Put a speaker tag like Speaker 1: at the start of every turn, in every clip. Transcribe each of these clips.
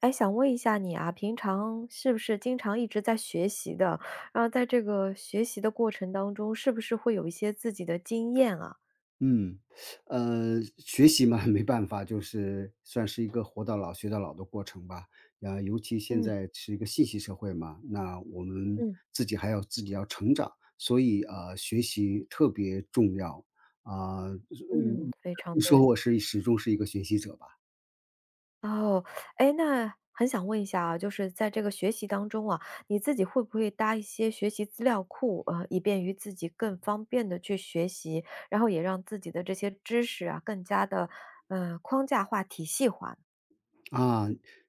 Speaker 1: 哎，想问一下你啊，平常是不是经常一直在学习的？然后在这个学习的过程当中，是不是会有一些自己的经验啊？
Speaker 2: 嗯。学习嘛，没办法，就是算是一个活到老学到老的过程吧。啊，尤其现
Speaker 1: 嗯。
Speaker 2: 在是一个信息社会嘛，那我们
Speaker 1: 嗯。
Speaker 2: 自己要成长，所以啊，学习特别重要啊。我
Speaker 1: 嗯，非常
Speaker 2: 我
Speaker 1: 对。
Speaker 2: 说我是始终是一个学习者吧。
Speaker 1: 哦，哎，那很想问一下啊，就是在这个学习当中啊，你自己会不会搭一些学习资料库，以便于自己更方便的去学习，然后也让自己的这些知识啊，更加的框架化、体系化。
Speaker 2: 啊，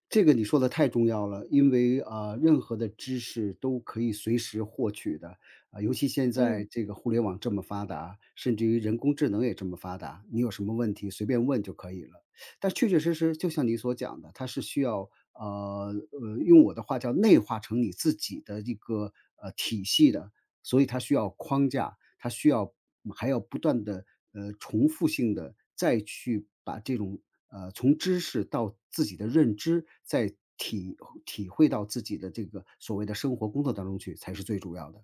Speaker 2: 这个你说的太重要了，因为啊，任何的知识都可以随时获取的啊，尤其现
Speaker 1: 嗯。
Speaker 2: 在这个互联网这么发达，甚至于人工智能也这么发达，你有什么问题随便问就可以了。但确确实实，就像你所讲的，它是需要用我的话叫内化成你自己的一个体系的，所以它需要框架，它需要还要不断的重复性的再去把这种，从知识到自己的认知，再体会到自己的这个所谓的生活工作当中去，才是最主要的。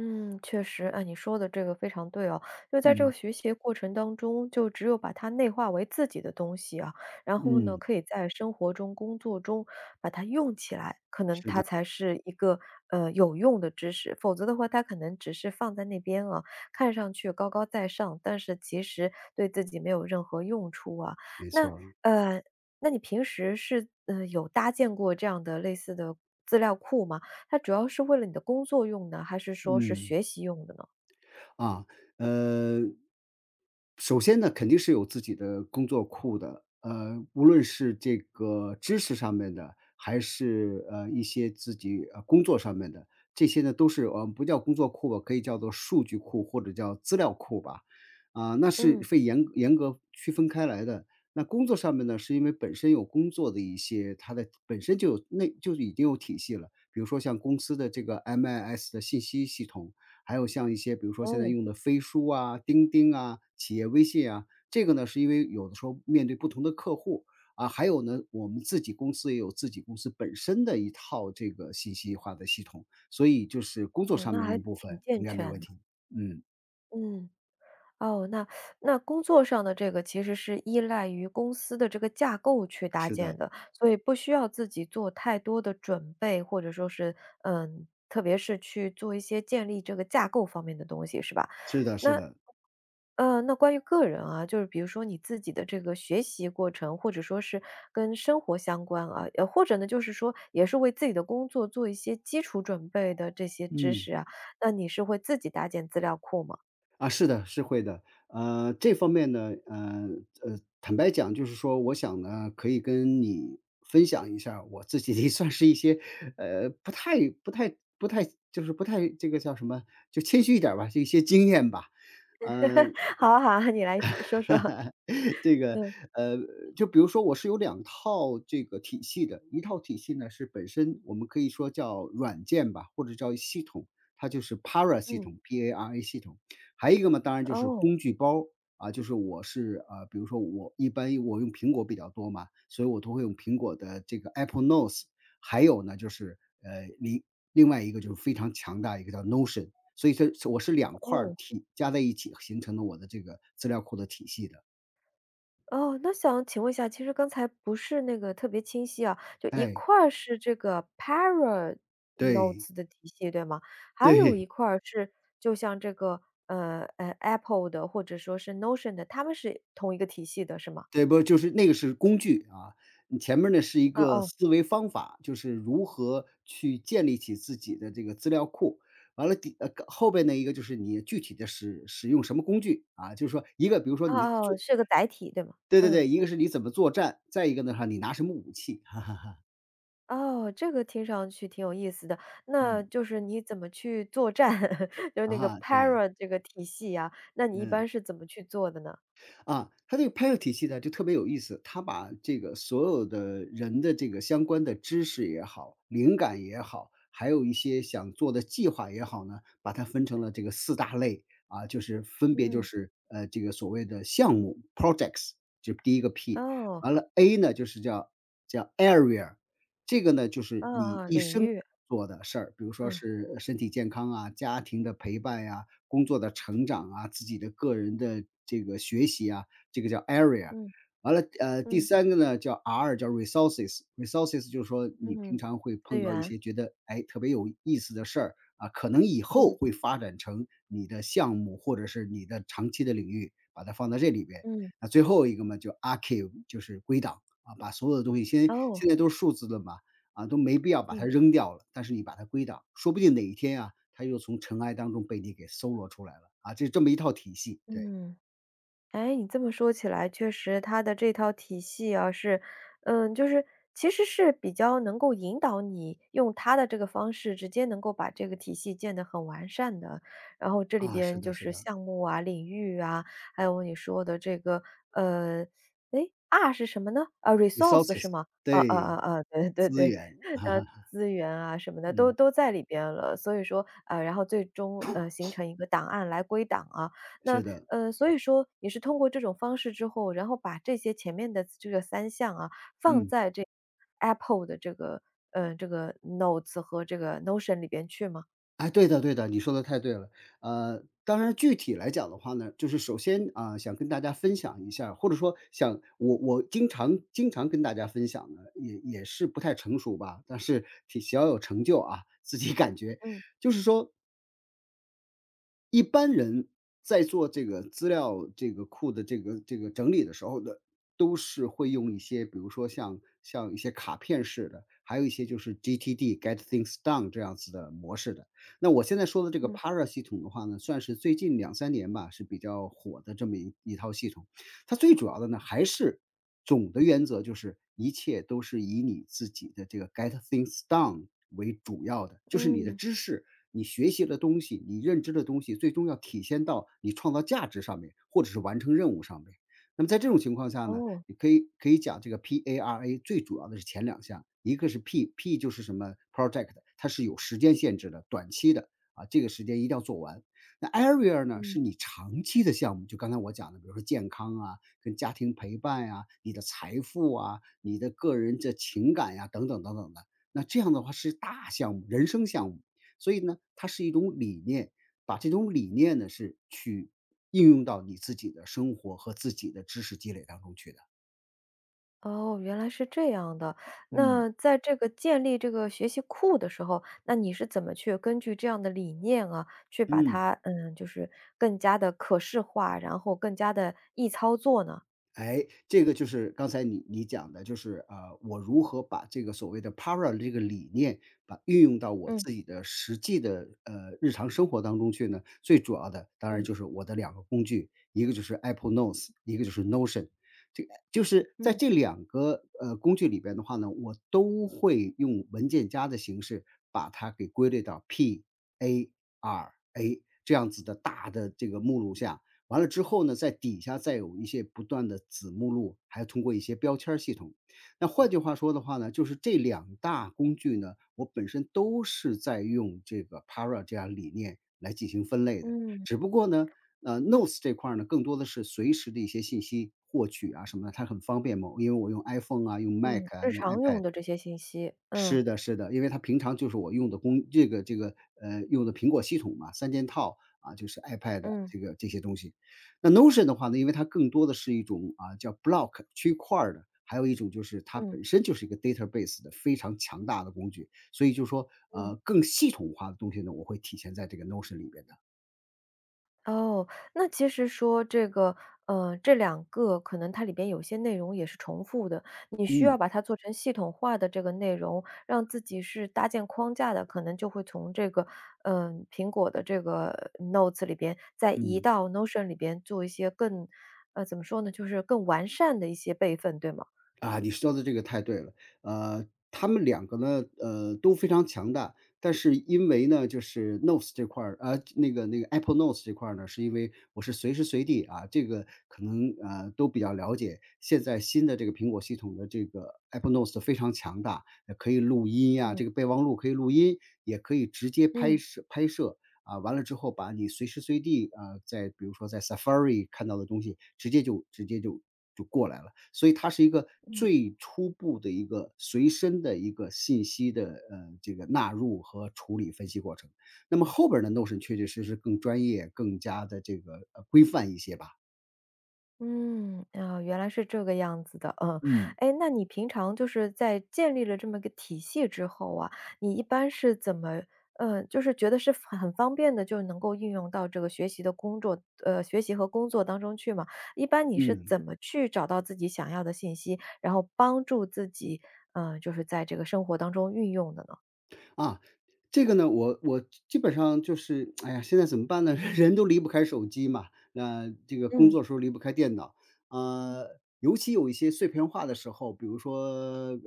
Speaker 1: 嗯，确实，哎，你说的这个非常对哦。就在这个
Speaker 2: 嗯。
Speaker 1: 学习的过程当中，就只有把它内化为自己的东西啊，然后呢，
Speaker 2: 嗯，
Speaker 1: 可以在生活中、工作中把它用起来，可能它才是一个有用的知识。否则的话，它可能只是放在那边啊，看上去高高在上，但是其实对自己没有任何用处啊。
Speaker 2: 没
Speaker 1: 那
Speaker 2: 错儿，
Speaker 1: 呃，那你平时是有搭建过这样的类似的资料库吗？它主要是为了你的工作用的，还是说是
Speaker 2: 嗯。
Speaker 1: 学习用的呢？
Speaker 2: 啊，呃，首先呢，肯定是有自己的工作库的，无论是这个知识上面的，还是一些自己工作上面的，这些呢都是不叫工作库吧，可以叫做数据库或者叫资料库吧，啊、那是
Speaker 1: 嗯。
Speaker 2: 被严格区分开来的。那工作上面呢，是因为本身有工作的一些，它的本身就有就已经有体系了，比如说像公司的这个 MIS 的信息系统，还有像一些比如说现在
Speaker 1: 哦，
Speaker 2: 用的飞书啊、钉钉啊、企业微信啊，这个呢是因为有的时候面对不同的客户啊，还有呢我们自己公司也有自己公司本身的一套这个信息化的系统，所以就是工作
Speaker 1: 哦，
Speaker 2: 上
Speaker 1: 那
Speaker 2: 面那
Speaker 1: 还
Speaker 2: 部
Speaker 1: 挺
Speaker 2: 分
Speaker 1: 健
Speaker 2: 应该没
Speaker 1: 全
Speaker 2: 问
Speaker 1: 的。
Speaker 2: 题。嗯，
Speaker 1: 嗯。哦，那那工作上的这个其实是依赖于公司的这个架构去搭
Speaker 2: 是
Speaker 1: 建
Speaker 2: 的，
Speaker 1: 的，所以不需要自己做太多的准备，或者说是，嗯，特别是去做一些建立这个架构方面的东西，是吧？
Speaker 2: 是的，是
Speaker 1: 那
Speaker 2: 的，
Speaker 1: 那关于个人啊，就是比如说你自己的这个学习过程，或者说是跟生活相关啊，或者呢，就是说也是为自己的工作做一些基础准备的这些知
Speaker 2: 嗯。
Speaker 1: 识啊，那你是会自己搭建资料库吗？
Speaker 2: 啊，是的，是会的。这方面呢，坦白讲，就是说，我想呢，可以跟你分享一下儿我自己的 算是一些，不太就是不太这个叫什么，就谦虚一点儿吧，就一些经验吧。呃，
Speaker 1: 好啊好啊你来说说。
Speaker 2: 这 个，
Speaker 1: 嗯，
Speaker 2: 呃，就比如说我是有两套这个体系的，一套体系呢，是本身我们可以说叫软件吧，或者叫系统，它就是 PARA 系
Speaker 1: 嗯，
Speaker 2: 统，PARA 系统。还有一个嘛，当然就是
Speaker 1: 哦，
Speaker 2: 工具包，啊，就是比如说我一般用苹果比较多嘛，所以我都会用苹果的这个 Apple Notes,还有呢就是，呃，另另外一个就是非常强大一个叫 Notion。所以这我是两块
Speaker 1: 哦。
Speaker 2: 儿体加在一起形成了我的这个资料库的体系的。
Speaker 1: 哦，那想请问一下，其实刚才不是那个特别清晰啊，就一
Speaker 2: 哎，
Speaker 1: 块儿是这个
Speaker 2: 对，
Speaker 1: Paranotes 的体系，对吗？还有一
Speaker 2: 对，
Speaker 1: 块儿是就像这个Apple 的或者说是 Notion 的，他们是同一个体系的，是吗？
Speaker 2: 对，不就是那个是工具啊，你前面儿呢是一
Speaker 1: 哦
Speaker 2: 个
Speaker 1: 哦
Speaker 2: 思维方法，就是如何去建立起自己的这个资料库。完了，后边的一个就是你具体的使用什么工具，啊，就是说一个比如说
Speaker 1: 哦
Speaker 2: 你
Speaker 1: 哦，
Speaker 2: 做
Speaker 1: 是个载体，对吗？
Speaker 2: 对对
Speaker 1: 嗯，
Speaker 2: 对，一个是你怎么作战，再一个呢哈你拿什么武器，哈哈，
Speaker 1: 哦，这个听上去挺有意思的，那
Speaker 2: 嗯，
Speaker 1: 就是你怎么去作战，就是那个
Speaker 2: 啊，对，
Speaker 1: Para 这个体系呀，那你一般
Speaker 2: 嗯。
Speaker 1: 是怎么去做的呢？
Speaker 2: 啊，它这个拍摄体系呢就特别有意思，它把这个所有的人的这个相关的知识也好、灵感也好，还有一些想做的计划也好呢，把它分成了这个四大类啊，就是分别就
Speaker 1: 嗯，
Speaker 2: 是这个所谓的项目 projects,就是第一个 P,
Speaker 1: 哦，
Speaker 2: 完了 A 呢就是叫 area,这个呢就
Speaker 1: 哦
Speaker 2: 是你
Speaker 1: 哦，
Speaker 2: 一
Speaker 1: 领
Speaker 2: 生
Speaker 1: 域。
Speaker 2: 做的事儿，比如说
Speaker 1: 嗯，
Speaker 2: 是身体健康啊、家庭的陪伴呀、工作的成长啊，自己的个人的这个学习啊，这个叫 area。
Speaker 1: 嗯，
Speaker 2: 完了，第
Speaker 1: 嗯，
Speaker 2: 三个呢叫 R,叫 resources，resources 就是说你
Speaker 1: 嗯，
Speaker 2: 平常会
Speaker 1: 资
Speaker 2: 碰到一
Speaker 1: 源，
Speaker 2: 些觉得哎特别有意思的事儿啊，可能以后
Speaker 1: 嗯，
Speaker 2: 会发展成你的项目或者是你的长期的领域，把它放在这里边。
Speaker 1: 嗯，
Speaker 2: 那最后一个嘛，就 archive,就是归档啊，把所有的东西，现在现
Speaker 1: 哦，
Speaker 2: 在都是数字的嘛，啊，都没必要把
Speaker 1: 嗯，
Speaker 2: 它扔掉了，但是你把它归档，说不定哪一天啊，它又从尘埃当中被你给搜罗出来了，啊，这么一套体系，对，
Speaker 1: 嗯。哎，你这么说起来，确实它的这套体系啊，是，嗯，就是其实是比较能够引导你用它的这个方式，直接能够把这个体系建得很完善的。然后这里
Speaker 2: 啊，是
Speaker 1: 边
Speaker 2: 的，
Speaker 1: 就
Speaker 2: 是
Speaker 1: 是
Speaker 2: 的
Speaker 1: 项目啊、领域啊，还有你说的这个，呃，哎 R 是什么呢？啊，resource 是
Speaker 2: ，resources,
Speaker 1: 吗？啊啊啊
Speaker 2: 对，
Speaker 1: 啊，对对
Speaker 2: 资
Speaker 1: 对，
Speaker 2: 源啊，
Speaker 1: 资源啊什么的都
Speaker 2: 嗯，
Speaker 1: 在里边了。所以说，然后最终形成一个档案来归档啊。那
Speaker 2: 是的，
Speaker 1: 所以说你是通过这种方式之后，然后把这些前面的这个三项啊，放
Speaker 2: 嗯，
Speaker 1: 在这 Apple 的这个这个 Notes 和这个 Notion 里边去吗？
Speaker 2: 哎，对的，对的，你说的太对了。当然具体来讲的话呢，就是首先啊、想跟大家分享一下，或者说想我经常跟大家分享的，也是不太成熟吧，但是挺小有成就啊，自己感觉，
Speaker 1: 嗯
Speaker 2: 就是说一般人在做这个资料这个库的这个整理的时候呢，都是会用一些，比如说像一些卡片式的，还有一些就是 GTD（Get Things Done) 这样子的模式的。那我现在说的这个
Speaker 1: 嗯
Speaker 2: Para 系统的话呢，算是最近两三年吧，是比较火的这么一套系统。它最主要的呢，还是总的原则就是一切都是以你自己的这个 get things done 为主要的，就是你的
Speaker 1: 嗯，
Speaker 2: 知识、你学习的东西、你认知的东西，最终要体现到你创造价值上面，或者是完成任务上面。那么在这种情况下呢，
Speaker 1: 哦，
Speaker 2: 你可以讲这个 PARA 最主要的是前两项，一个是 P，P 就是什么 project,它是有时间限制的，短期的啊，这个时间一定要做完。那 Area 呢，
Speaker 1: 嗯。
Speaker 2: 是你长期的项目，就刚才我讲的，比如说健康啊、跟家庭陪伴呀、你的财富啊、你的个人的情感呀、等等等等的。那这样的话是大项目，人生项目，所以呢，它是一种理念，把这种理念呢是去应用到你自己的生活和自己的知识积累当中去的。
Speaker 1: 哦，原来是这样的。
Speaker 2: 嗯。
Speaker 1: 那在这个建立这个学习库的时候，那你是怎么去根据这样的理念啊，去把
Speaker 2: 嗯。
Speaker 1: 它，嗯，就是更加的可视化，然后更加的易操作呢？
Speaker 2: 哎，这个就是刚才你讲的，就是我如何把这个所谓的 POWER 这个理念，把运用到我
Speaker 1: 嗯
Speaker 2: 自己的实际的日常生活当中去呢？最主要的当然
Speaker 1: 嗯
Speaker 2: 就是我的两个工具，一个就是 Apple Notes,一个就是 Notion。这个就是在
Speaker 1: 嗯
Speaker 2: 这两个工具里边的话呢，我都会用文件夹的形式把它给归类到 PARA 这样子的大的这个目录下。完了之后呢，在底下再有一些不断的子目录，还要通过一些标签儿系统。那换句话说的话呢，就是这两大工具呢，我本身都是在用这个 Para 这样理念来进行分类的，
Speaker 1: 嗯。
Speaker 2: 只不过呢，Notes 这块儿呢，更多的是随时的一些信息获取啊什么的，它很方便嘛，因为我用 iPhone 啊，用 Mac
Speaker 1: 嗯，
Speaker 2: 啊，
Speaker 1: 日
Speaker 2: 用
Speaker 1: 常用
Speaker 2: iPad。
Speaker 1: 的这些信息，嗯。
Speaker 2: 是的，是的，因为它平常就是我用的工这个这个，呃，用的苹果系统嘛，三件套，啊，就是 iPad
Speaker 1: 嗯
Speaker 2: 这个这些东西。那 Notion 的话呢，因为它更多的是一种，啊，叫 block 区块儿的，还有一种就是它
Speaker 1: 嗯
Speaker 2: 本身就是一个 database 的非常强大的工具，所以就说，
Speaker 1: 嗯。
Speaker 2: 更系统化的东西呢，我会体现在这个 Notion 里边的。
Speaker 1: 哦，那其实说这个，这两个可能它里边有些内容也是重复的，你需要
Speaker 2: 嗯，
Speaker 1: 把它做成系统化的这个内容，让自己是搭建框架的，可能就会从这个，嗯，苹果的这个Notes 里边再移
Speaker 2: 嗯。
Speaker 1: 到 Notion 里边做一些更怎么说呢，就是更完善的一些备份，对吗？
Speaker 2: 啊，你说的这个太对了。呃，他们两个呢，都非常强大，但是因为呢，就是 Notes 这块儿，那个 Apple Notes 这块儿呢，是因为我是随时随地啊，这个可能都比较了解。现在新的这个苹果系统的这个 Apple Notes 非常强大，可以录音呀、这个
Speaker 1: 嗯
Speaker 2: 备忘录可以录音，也可以直接拍
Speaker 1: 嗯。
Speaker 2: 摄拍摄。啊，完了之后，把你随时随地啊、在比如说在 Safari 看到的东西，直接就就过来了。所以它是一个
Speaker 1: 嗯。
Speaker 2: 最初步的一个随身的一个信息的，这个纳入和处理分析过程。那么后边儿的 Notion 确确实实更专业、更加的这个，规范一些吧。
Speaker 1: 嗯，啊，原来是这个样子的，嗯，
Speaker 2: 嗯。
Speaker 1: 哎，那你平常就是在建立了这么个体系之后啊，你一般是怎么，就是觉得是很方便的，就能够运用到这个学习的工作，学习和工作当中去嘛？一般你是
Speaker 2: 嗯。
Speaker 1: 怎么去找到自己想要的信息，然后帮助自己，就是在这个生活当中运用的呢？
Speaker 2: 啊，这个呢，我基本上就是，哎呀，现在怎么办呢？人都离不开手机嘛，那这个工
Speaker 1: 嗯
Speaker 2: 作时候离不开电脑，呃，尤其有一些碎片化的时候，比如说，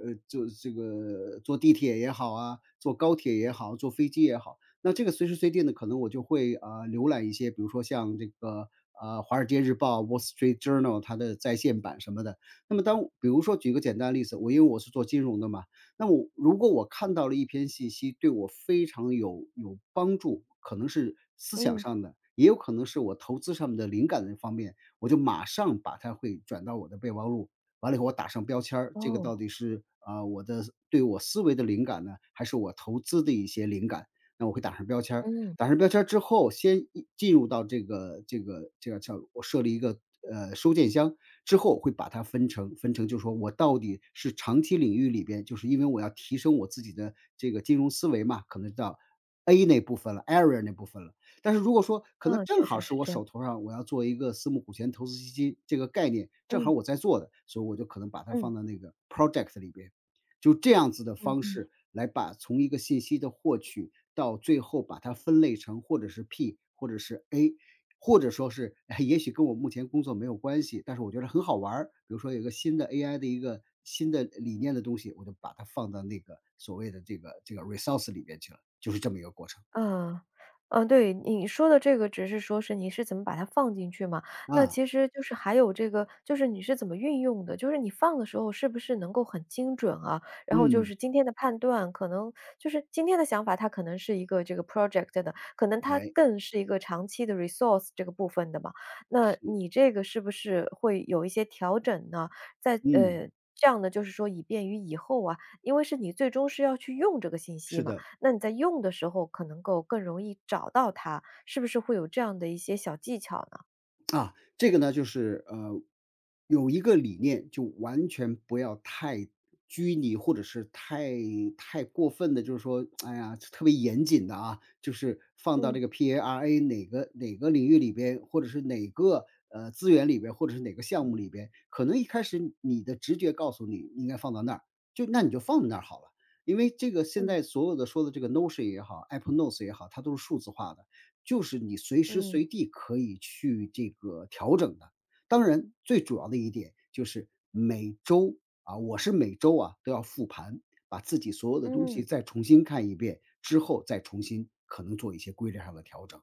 Speaker 2: 就这个坐地铁也好啊，坐高铁也好，坐飞机也好，那这个随时随地呢，可能我就会啊、浏览一些，比如说像这个《华尔街日报》（Wall Street Journal） 它的在线版什么的。那么当比如说举个简单的例子，我因为我是做金融的嘛，那么如果我看到了一篇信息，对我非常有帮助，可能是思想
Speaker 1: 嗯
Speaker 2: 上的，也有可能是我投资上面的灵感的方面，我就马上把它会转到我的备忘录。完了以后，我打上标签儿，这个到
Speaker 1: 哦，
Speaker 2: 底是啊、我的对我思维的灵感呢，还是我投资的一些灵感？那我会打上标签儿。
Speaker 1: 嗯
Speaker 2: 打上标签儿之后，先一进入到这个叫我设立一个收件箱之后，会把它分成，就是说我到底是长期领域里边，就是因为我要提升我自己的这个金融思维嘛，可能到 A 那部分了，area 那部分了。但是如果说可能
Speaker 1: 嗯，
Speaker 2: 正
Speaker 1: 确
Speaker 2: 好
Speaker 1: 实是
Speaker 2: 是我
Speaker 1: 这样，
Speaker 2: 手头上我要做一个私募股权投资基金这个概念，正
Speaker 1: 嗯
Speaker 2: 好我在做的，所以我就可能把它
Speaker 1: 嗯
Speaker 2: 放到那个 project 里边。就这样子的方
Speaker 1: 嗯。
Speaker 2: 式来把从一个信息的获取到最后把它分类成或者是 P 或者是 A，或者说是，哎也许跟我目前工作没有关系，但是我觉得很好玩儿。比如说有一个新的 AI 的一个新的理念的东西，我就把它放到那个所谓的这个 resource 里边去了，就是这么一个过程。
Speaker 1: 嗯，嗯，对，你说的这个只是说是你是怎么把它放进去嘛，那
Speaker 2: 啊，
Speaker 1: 其实就是还有这个，就是你是怎么运用的，就是你放的时候是不是能够很精准啊？然后就
Speaker 2: 嗯，
Speaker 1: 是今天的判断，可能就是今天的想法，它可能是一个这个 project 的，可能它
Speaker 2: 哎，
Speaker 1: 更是一个长期的 resource 这个部分的嘛。那你这个是不是会有一些调整呢？在
Speaker 2: 嗯，
Speaker 1: 这样的就是说以便于以后啊，因为是你最终是要去用这个信息
Speaker 2: 是
Speaker 1: 嘛。
Speaker 2: 的。
Speaker 1: 那你在用的时候可能够更容易找到它，是不是会有这样的一些小技巧呢？
Speaker 2: 啊，这个呢，就是有一个理念，就完全不要太拘泥，或者是太过分的，就是说，哎呀，特别严谨的啊，就是放到
Speaker 1: 嗯
Speaker 2: 这个 PARA 哪个领域里边，或者是哪个资源里边，或者是哪个项目里边，可能一开始你的直觉告诉你应该放到那儿，就那你就放在那儿好了。因为这个现
Speaker 1: 嗯。
Speaker 2: 在所有的说的这个 Notion 也好，Apple Notes 也好，它都是数字化的。就是你随时
Speaker 1: 嗯
Speaker 2: 随地可以去这个调整的。当然，最主要的一点就是每周啊，我是每周啊都要复盘，把自己所有的东
Speaker 1: 嗯。
Speaker 2: 西再重新看一遍，之后再重新可能做一些规律上的调整。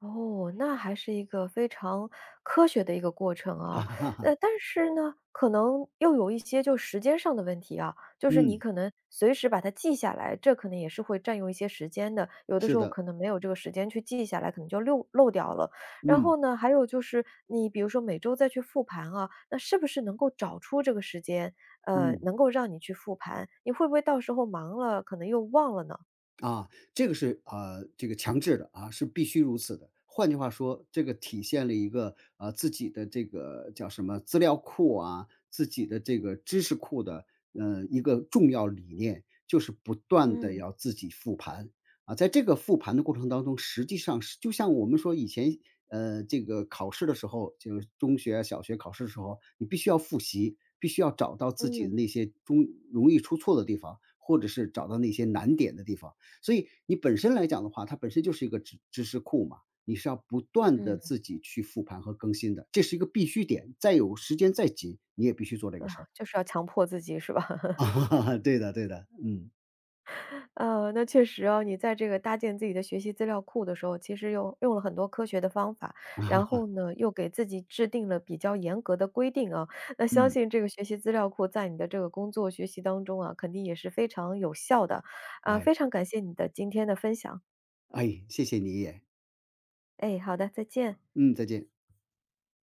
Speaker 1: 哦，那还是一个非常科学的一个过程啊。但 是呢，可能又有一些就时间上的问题啊，就是你
Speaker 2: 嗯，
Speaker 1: 可能随时把它记下来，这可能也是会占用一些时间的。有的时
Speaker 2: 是
Speaker 1: 候
Speaker 2: 的，
Speaker 1: 可能没有这个时间去记下来，可能就漏掉了。然
Speaker 2: 嗯
Speaker 1: 后呢，还有就是你比如说每周再去复盘啊，那是不是能够找出这个时间，
Speaker 2: 嗯。
Speaker 1: 能够让你去复盘？你会不会到时候忙了，可能又忘了呢？
Speaker 2: 啊，这个是这个强制的啊，是必须如此的。换句话说，这个体现了一个自己的这个叫什么资料库啊，自己的这个知识库的一个重要理念，就是不断的
Speaker 1: 嗯
Speaker 2: 要自己复盘啊。在这个复盘的过程当中，实际上是就像我们说以前这个考试的时候，就是中学啊、小学考试的时候，你必须要复习，必须要找到自己的
Speaker 1: 嗯
Speaker 2: 那些中容易出错的地方，或者是找到那些难点的地方。所以你本身来讲的话，它本身就是一个知识库嘛，你是要不断的
Speaker 1: 嗯。
Speaker 2: 自己去复盘和更新的，这是一个必须点，再有时间再紧，你也必须做这个事
Speaker 1: 啊，
Speaker 2: 儿。
Speaker 1: 就是要强迫自己，是吧？
Speaker 2: 啊。对的对的，嗯，
Speaker 1: 那确实哦，你在这个搭建自己的学习资料库的时候，其实用了很多科学的方法，然
Speaker 2: 啊
Speaker 1: 后呢，又给自己制定了比较严格的规定啊。那相
Speaker 2: 嗯，
Speaker 1: 信这个学习资料库在你的这个工作学习当中啊，肯定也是非常有效的。啊，
Speaker 2: 哎，
Speaker 1: 非常感谢你的今天的分享。
Speaker 2: 哎，谢谢你也，
Speaker 1: 哎，好的，再见。
Speaker 2: 嗯，再见。